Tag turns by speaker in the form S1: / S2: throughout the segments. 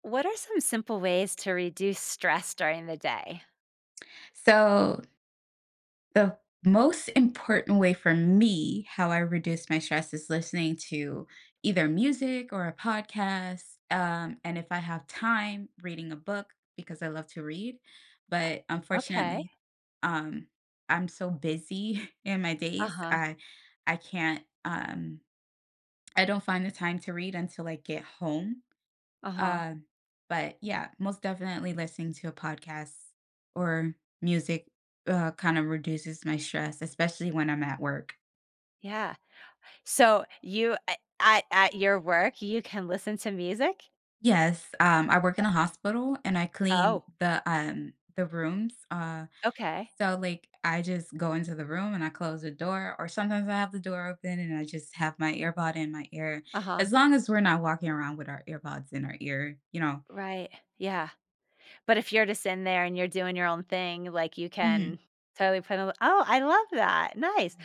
S1: What are some simple ways to reduce stress during the day?
S2: So, the most important way for me, how I reduce my stress is listening to either music or a podcast. And if I have time, reading a book because I love to read. But
S1: Okay.
S2: unfortunately, um, I'm so busy in my days.
S1: Uh-huh.
S2: I can't I don't find the time to read until I get home.
S1: Uh-huh.
S2: Uh, but yeah, most definitely listening to a podcast or music, kind of reduces my stress, especially when I'm at work.
S1: Yeah. So you a at your work, you can listen to music?
S2: Yes, I work in a hospital and I clean
S1: Oh,
S2: the rooms.
S1: okay.
S2: So like I just go into the room and I close the door, or sometimes I have the door open and I just have my earbud in my ear.
S1: Uh-huh.
S2: As long as we're not walking around with our earbuds in our ear,
S1: Right. Yeah. But if you're just in there and you're doing your own thing, like, you
S2: Hmm.
S1: can totally put a Oh, I love that. Nice.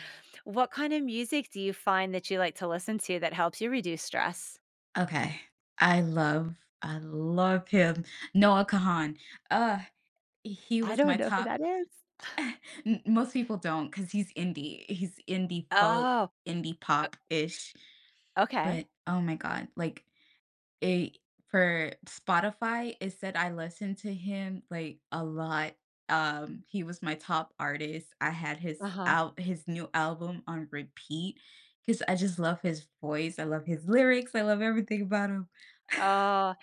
S1: What kind of music do you find that you like to listen to that helps you reduce stress?
S2: Okay. I love I love him. Noah Kahan. Uh, he
S1: I
S2: was my
S1: don't know who
S2: top.
S1: that is.
S2: N most people don't, not 'cause he's indie. He's indie folk,
S1: Oh,
S2: indie pop-ish,
S1: o okay.
S2: but, oh my god, like, it for Spotify, it said I listened to him, like, a lot. He was my top artist. I had his
S1: Uh-huh.
S2: out his new album on repeat, 'cause I just love his voice. I love his lyrics. I love everything about him.
S1: Oh,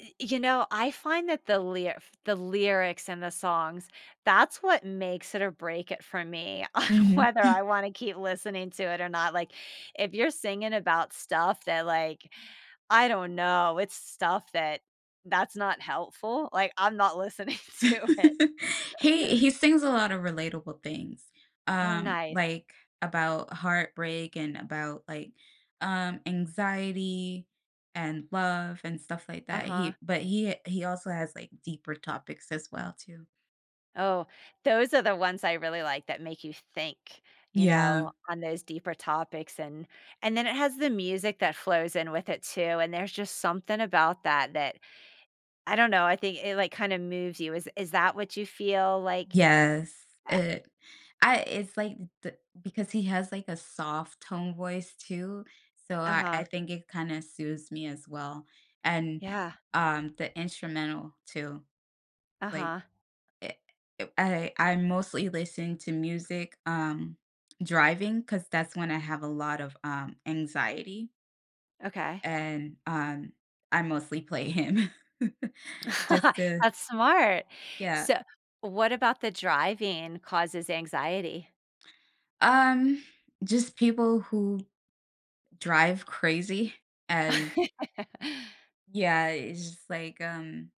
S1: y you know, I find that the lyrics and the songs, that's what makes it or break it for me on
S2: Mhm.
S1: whether I wanna keep listening to it or not, like, if you're singing about stuff that, like, I don't know, it's stuff that that's not helpful, like, I'm not listening to it.
S2: He sings a lot of relatable things,
S1: Oh, nice.
S2: like, about heartbreak and about, like, anxiety and love and stuff like that.
S1: Uh-huh.
S2: He but he also has, like, deeper topics as well too.
S1: Oh, those are the ones I really like that make you think, you
S2: Yeah.
S1: know, on those deeper topics and then it has the music that flows in with it too, and there's just something about that that I don't know, I think it, like, kinda moves you. Is that what you feel like?
S2: Yes,
S1: Uh
S2: it it's like, the because he has, like, a soft tone voice too, so I
S1: Uh-huh.
S2: think it kinda soothes me as well, and,
S1: Yeah.
S2: the instrumental too. Like,
S1: Uh-huh.
S2: it it I mostly listen to music, driving because that's when I have a lot of, anxiety,
S1: Okay.
S2: and, I mostly play him. Just to,
S1: That's smart.
S2: yeah.
S1: So, what about the driving causes anxiety?
S2: Um, just people who drive crazy, and yeah, it's just like,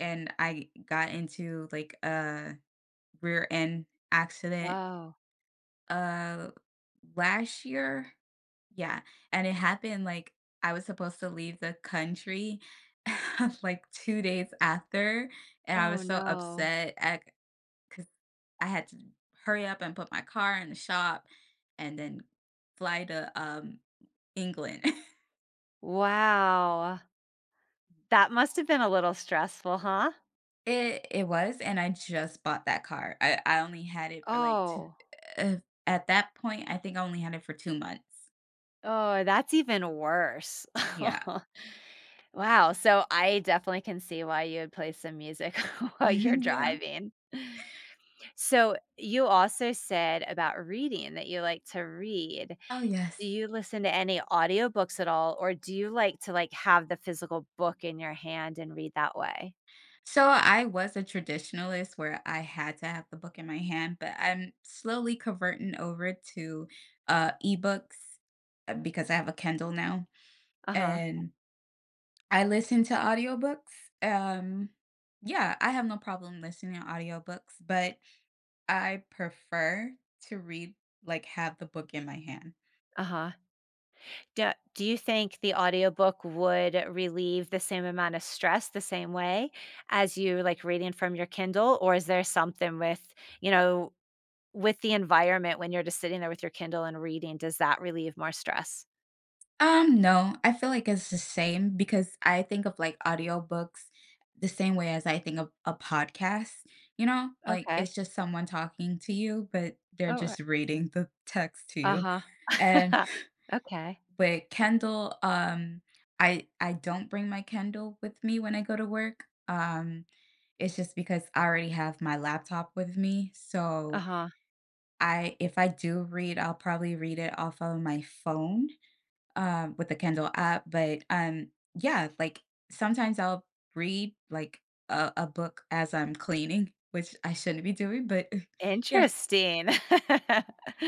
S2: and I got into, like, a rear end accident.
S1: Oh.
S2: Uh, Last year? Yeah, and it happened, like, I was supposed to leave the country, like, 2 days after, and I
S1: Oh,
S2: was so
S1: no.
S2: upset because I had to hurry up and put my car in the shop and then fly to, England.
S1: Wow. That must have been a little stressful, huh?
S2: It was, and I just bought that car. I only had it for, like, 2,
S1: Oh.
S2: uh, at that point, I think I only had it for 2 months.
S1: Oh, that's even worse.
S2: Yeah.
S1: Wow, so I definitely can see why you would play some music while you're
S2: Yeah.
S1: driving. So, you also said about reading that you like to read.
S2: Oh,
S1: Do
S2: yes.
S1: you listen to any audiobooks at all, or do you like to, like, have the physical book in your hand and read that way?
S2: So I was a traditionalist where I had to have the book in my hand, but I'm slowly converting over to ebooks, because I have a Kindle now
S1: Uh-huh,
S2: and I listen to audiobooks. Yeah, I have no problem listening to audiobooks, but I prefer to read, like, have the book in my hand.
S1: uh-huh. Do you think the audiobook would relieve the same amount of stress the same way as you, like, reading from your Kindle, or is there something with, you know, with the environment when you're just sitting there with your Kindle and reading, does that relieve more stress?
S2: No, I feel like it's the same because I think of like audiobooks the same way as I think of a podcast, you know? Like
S1: Okay.
S2: it's just someone talking to you, but they're
S1: Oh,
S2: just reading the text to you.
S1: uh-huh.
S2: And
S1: Okay.
S2: with Kindle, I don't bring my Kindle with me when I go to work. It's just because I already have my laptop with me. So
S1: Uh-huh.
S2: I if I do read, I'll probably read it off of my phone with the Kindle app, but yeah, like sometimes I'll read like a book as I'm cleaning, which I shouldn't be doing, but yeah.
S1: Interesting.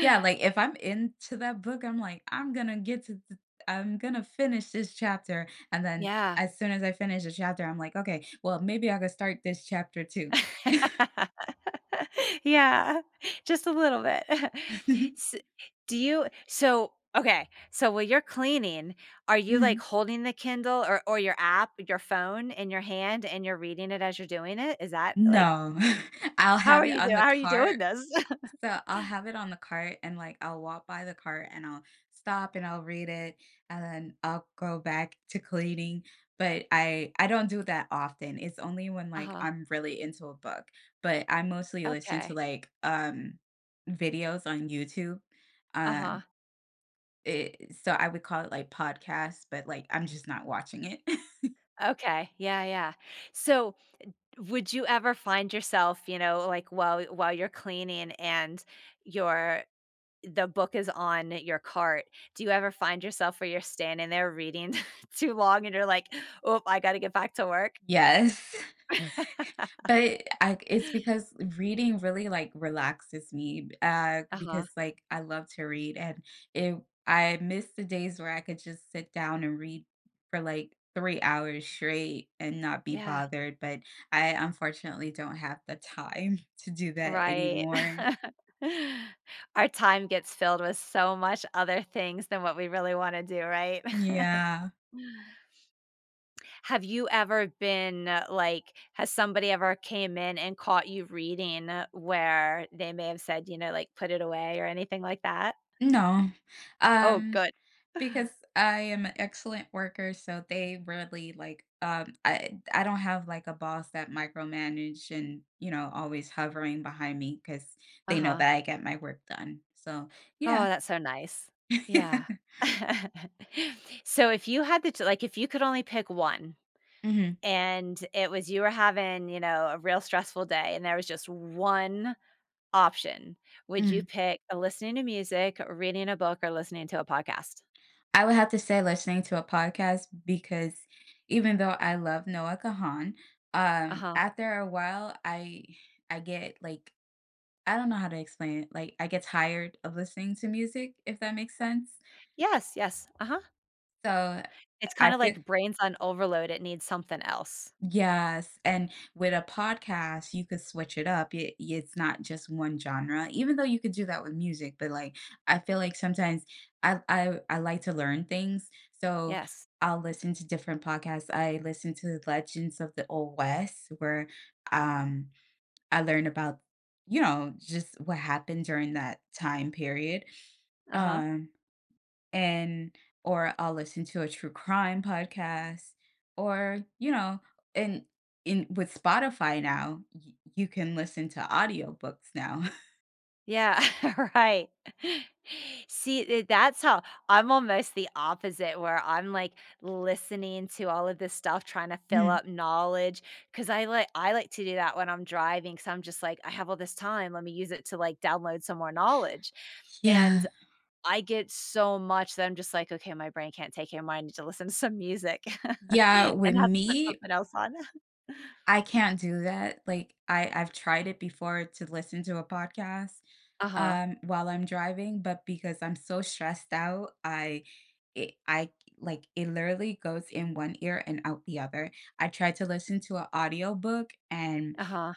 S2: Yeah, like if I'm into that book, I'm like I'm going to finish this chapter and then
S1: Yeah.
S2: as soon as I finish a chapter, I'm like, okay, well, maybe I could start this chapter too.
S1: Yeah, just a little bit. S do you okay, so while you're cleaning, are you, like,
S2: Mhm.
S1: holding the Kindle or your app, your phone in your hand, and you're reading it as you're doing it? Is that, like
S2: No. I'll
S1: how
S2: have
S1: are
S2: it
S1: you
S2: on
S1: doing?
S2: the
S1: How are you doing
S2: cart
S1: this?
S2: So I'll have it on the cart and like I'll walk by the cart and I'll stop and I'll read it and then I'll go back to cleaning. But I don't do that often. It's only when like
S1: Uh-huh,
S2: I'm really into a book. But I mostly listen to
S1: okay.
S2: like videos on YouTube. Um
S1: Uh-huh,
S2: it, so I would call it like podcasts, but like I'm just not watching it.
S1: okay, yeah, yeah. So, would you ever find yourself, you know, like, while you're cleaning and you're the book is on your cart. Do you ever find yourself where you're standing there reading too long and you're like, "Oh, I gotta get back to work."
S2: Yes. But I it's because reading really, like, relaxes me, because,
S1: Uh-huh.
S2: like, I love to read, and it I miss the days where I could just sit down and read for, like, 3 hours straight and not be
S1: Yeah,
S2: bothered, but I unfortunately don't have the time to do that
S1: right.
S2: anymore.
S1: Our time gets filled with so much other things than what we really wanna do, right?
S2: Yeah.
S1: Have you ever been, like has somebody ever came in and caught you reading where they may have said, you know, like, "Put it away," or anything like that?
S2: No.
S1: Oh,
S2: Um,
S1: good.
S2: because I am an excellent worker, so they really like I don't have like a boss that micromanage and, you know, always hovering behind me because they know
S1: Uh-huh.
S2: that I get my work done. So
S1: Oh,
S2: yeah.
S1: that's so nice. Yeah. So if you had the ch like, if you could only pick one
S2: Hmm.
S1: and it was you were having, you know, a real stressful day and there was just one option, would you
S2: Hmm.
S1: pick listening to music, reading a book, or listening to a podcast?
S2: I would have to say listening to a podcast because even though I love Noah Kahan,
S1: Uh-huh.
S2: after a while I get like, I don't know how to explain it, like, I get tired of listening to music, if that makes sense.
S1: Yes, yes, uh-huh.
S2: So,
S1: It's
S2: I
S1: kinda
S2: feel.
S1: like brain's on overload, it needs something else.
S2: Yes, and with a podcast, you could switch it up. It's not just one genre, even though you could do that with music, but, like, I feel like sometimes I like to learn things, so
S1: Yes.
S2: I'll listen to different podcasts. I listen to Legends of the Old West where, um, I learn about, you know, just what happened during that time period.
S1: Uh-huh.
S2: Um and or I'll listen to a true crime podcast or, you know, and in with Spotify now, y you can listen to audiobooks now.
S1: Yeah, right. See, th that's how I'm almost the opposite where I'm, like, listening to all of this stuff, trying to fill
S2: Mm.
S1: up knowledge. Cause I like to do that when I'm driving. Because 'cause I'm just like, "I have all this time, let me use it to, like, download some more knowledge,"
S2: Yeah.
S1: and I get so much that I'm just like, "Okay, my brain can't take it anymore, I need to listen to some music," and
S2: Yeah, with
S1: have to put
S2: me,
S1: something else on.
S2: I can't do that, like, I've tried it before to listen to a podcast,
S1: Uh-huh,
S2: while I'm driving, but because I'm so stressed out, I it I like, it literally goes in one ear and out the other. I tried to listen to a audiobook and
S1: uh-huh,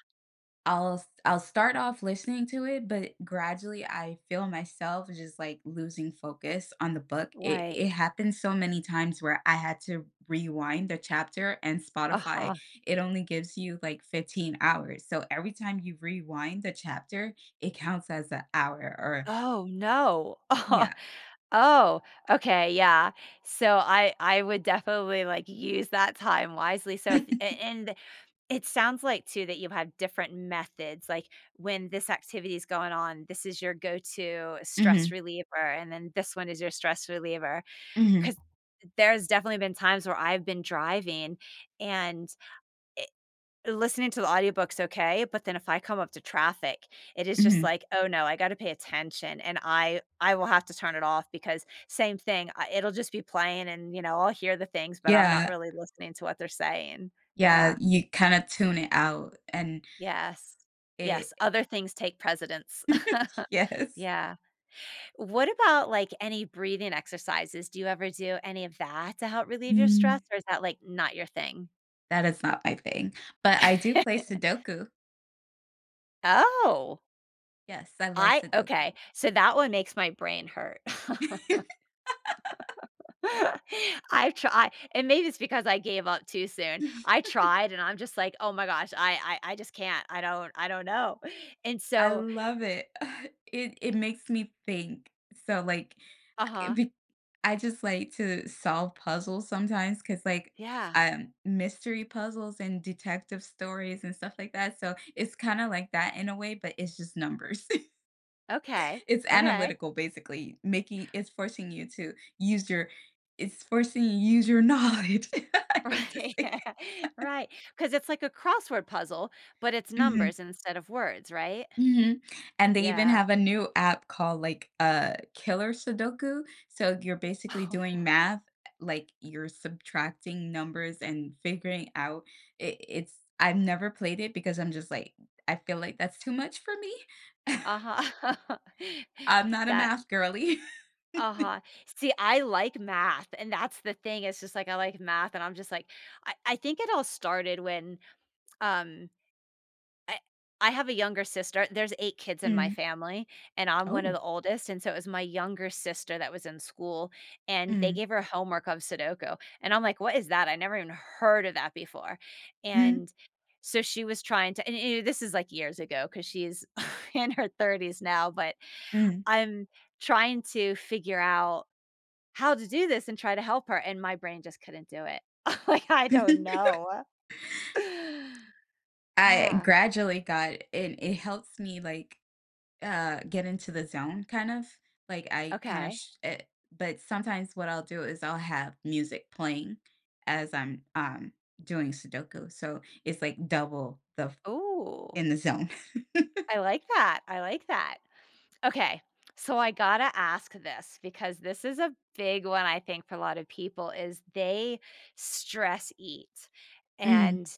S2: I'll I'll start off listening to it, but gradually I feel myself just, like, losing focus on the book.
S1: right,
S2: It happened so many times where I had to rewind the chapter, and Spotify,
S1: uh-huh.
S2: it only gives you, like, 15 hours, so every time you rewind the chapter, it counts as an hour or
S1: Oh, no.
S2: yeah.
S1: Oh, okay, yeah. So I would definitely, like, use that time wisely. So if a and it sounds like too that you have different methods, like, when this activity is going on, this is your go-to stress
S2: Mhm,
S1: reliever, and then this one is your stress reliever.
S2: mhm,
S1: Because there's definitely been times where I've been driving and listening to the audiobook's okay, but then if I come up to traffic, it is just
S2: mhm.
S1: like, "Oh, no, I gotta pay attention," and I will have to turn it off because same thing, I it'll just be playing and, you know, I'll hear the things, but I'm not
S2: Yeah,
S1: really listening to what they're saying.
S2: yeah,
S1: Yeah.
S2: you kinda tune it out, and
S1: Yes.
S2: it.
S1: Yes, other things take precedence.
S2: Yes.
S1: Yeah. What about, like, any breathing exercises? Do you ever do any of that to help relieve your stress,
S2: Mm.
S1: or is that, like, not your thing?
S2: That is not my thing, but I do play Sudoku.
S1: Oh.
S2: Yes, I love
S1: I
S2: Sudoku.
S1: okay, so that one makes my brain hurt. I've try and maybe it's because I gave up too soon. I tried and I'm just like, "Oh my gosh, I just can't. I don't know." And
S2: I
S1: so
S2: love it. It makes me think. So like it
S1: uh-huh.
S2: be- I just like to solve puzzles sometimes 'cuz like
S1: Yeah.
S2: mystery puzzles and detective stories and stuff like that. So it's kind of like that in a way, but it's just numbers.
S1: Okay.
S2: It's
S1: Okay.
S2: analytical, basically, making it's forcing you to use your it's forcing you to use your knowledge. I like to
S1: Right.
S2: say.
S1: Right. Because it's like a crossword puzzle, but it's
S2: Mhm.
S1: numbers instead of words, right?
S2: Mhm, and they even
S1: Yeah.
S2: have a new app called, like, Killer Sudoku, so you're basically doing math, like, you're subtracting numbers and figuring out it it's I've never played it because I'm just like, I feel like that's too much for me.
S1: Uh-huh.
S2: I'm not a
S1: That
S2: math girly.
S1: Uh-huh. See, I like math, and that's the thing, it's just, like, I like math, and I'm just, like I think it all started when, um, I I have a younger sister there's 8 kids in my
S2: Mm.
S1: family, and I'm one of
S2: Oh.
S1: the oldest, and so it was my younger sister that was in school, and they
S2: Mm.
S1: gave her homework of Sudoku, and I'm, like, "What is that? I never even heard of that before,"
S2: Mm,
S1: and so she was trying to and, you know, this is, like, years ago because she's in her 30s now, but
S2: mm.
S1: I'm trying to figure out how to do this and try to help her, and my brain just couldn't do it. Like, I don't know.
S2: I
S1: Ah,
S2: gradually got, and it helps me, like, get into the zone kind of, like, I kinda
S1: okay.
S2: sh eh but sometimes what I'll do is I'll have music playing as I'm, doing Sudoku, so it's, like, double the f,
S1: Ooh,
S2: in the zone.
S1: I like that, I like that. Okay, so I gotta ask this because this is a big one, I think, for a lot of people is they stress eat,
S2: Mhm.
S1: and,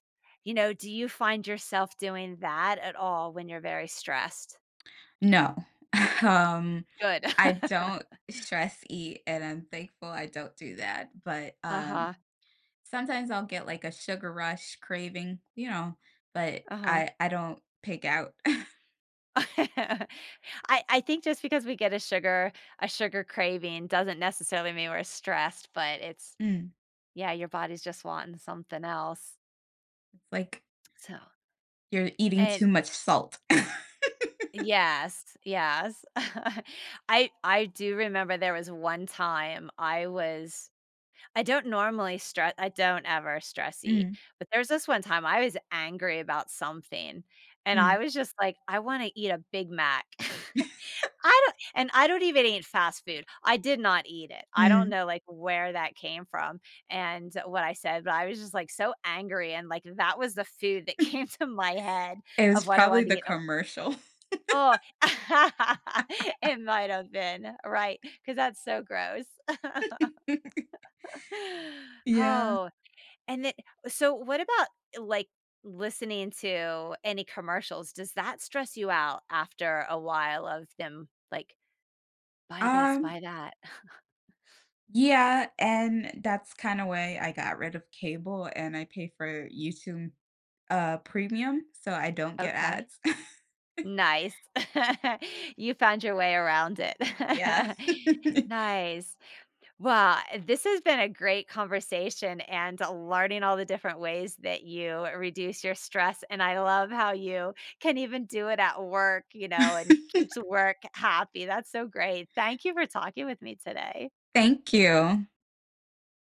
S1: you know, do you find yourself doing that at all when you're very stressed?
S2: No. Um,
S1: Good.
S2: I don't stress eat, and I'm thankful I don't do that, but,
S1: Uh-huh,
S2: sometimes I'll get, like, a sugar rush craving, you know, but
S1: uh-huh.
S2: I don't pig out.
S1: I think just because we get a sugar craving doesn't necessarily mean we're stressed, but it's
S2: Mm,
S1: yeah, your body's just wanting something else.
S2: like,
S1: So,
S2: you're eating
S1: and
S2: too much salt.
S1: yes, yes. I do remember there was one time I was I don't normally stress. I don't ever stress eat,
S2: Mm.
S1: but there's this one time I was angry about something, and
S2: Mm,
S1: I was just like, "I wanna eat a Big Mac." I don't and I don't even eat fast food. I did not eat it. I don't
S2: mm.
S1: know, like, where that came from and what I said, but I was just, like, so angry and, like, that was the food that came to my head
S2: It was
S1: of what I
S2: probably
S1: wanted to
S2: the
S1: eat.
S2: commercial.
S1: Oh, it might have been, right because that's so gross.
S2: Yeah.
S1: Oh, and then so what about, like, listening to any commercials? Does that stress you out after a while of them, like, "Buy this,
S2: Um,
S1: buy that."
S2: yeah, and that's kinda why I got rid of cable and I pay for YouTube, Premium, so I don't get
S1: Okay.
S2: ads.
S1: Nice. You found your way around it.
S2: Yeah.
S1: Nice. Well, this has been a great conversation and learning all the different ways that you reduce your stress. And I love how you can even do it at work, you know, and keeps work happy. That's so great. Thank you for talking with me today.
S2: Thank you.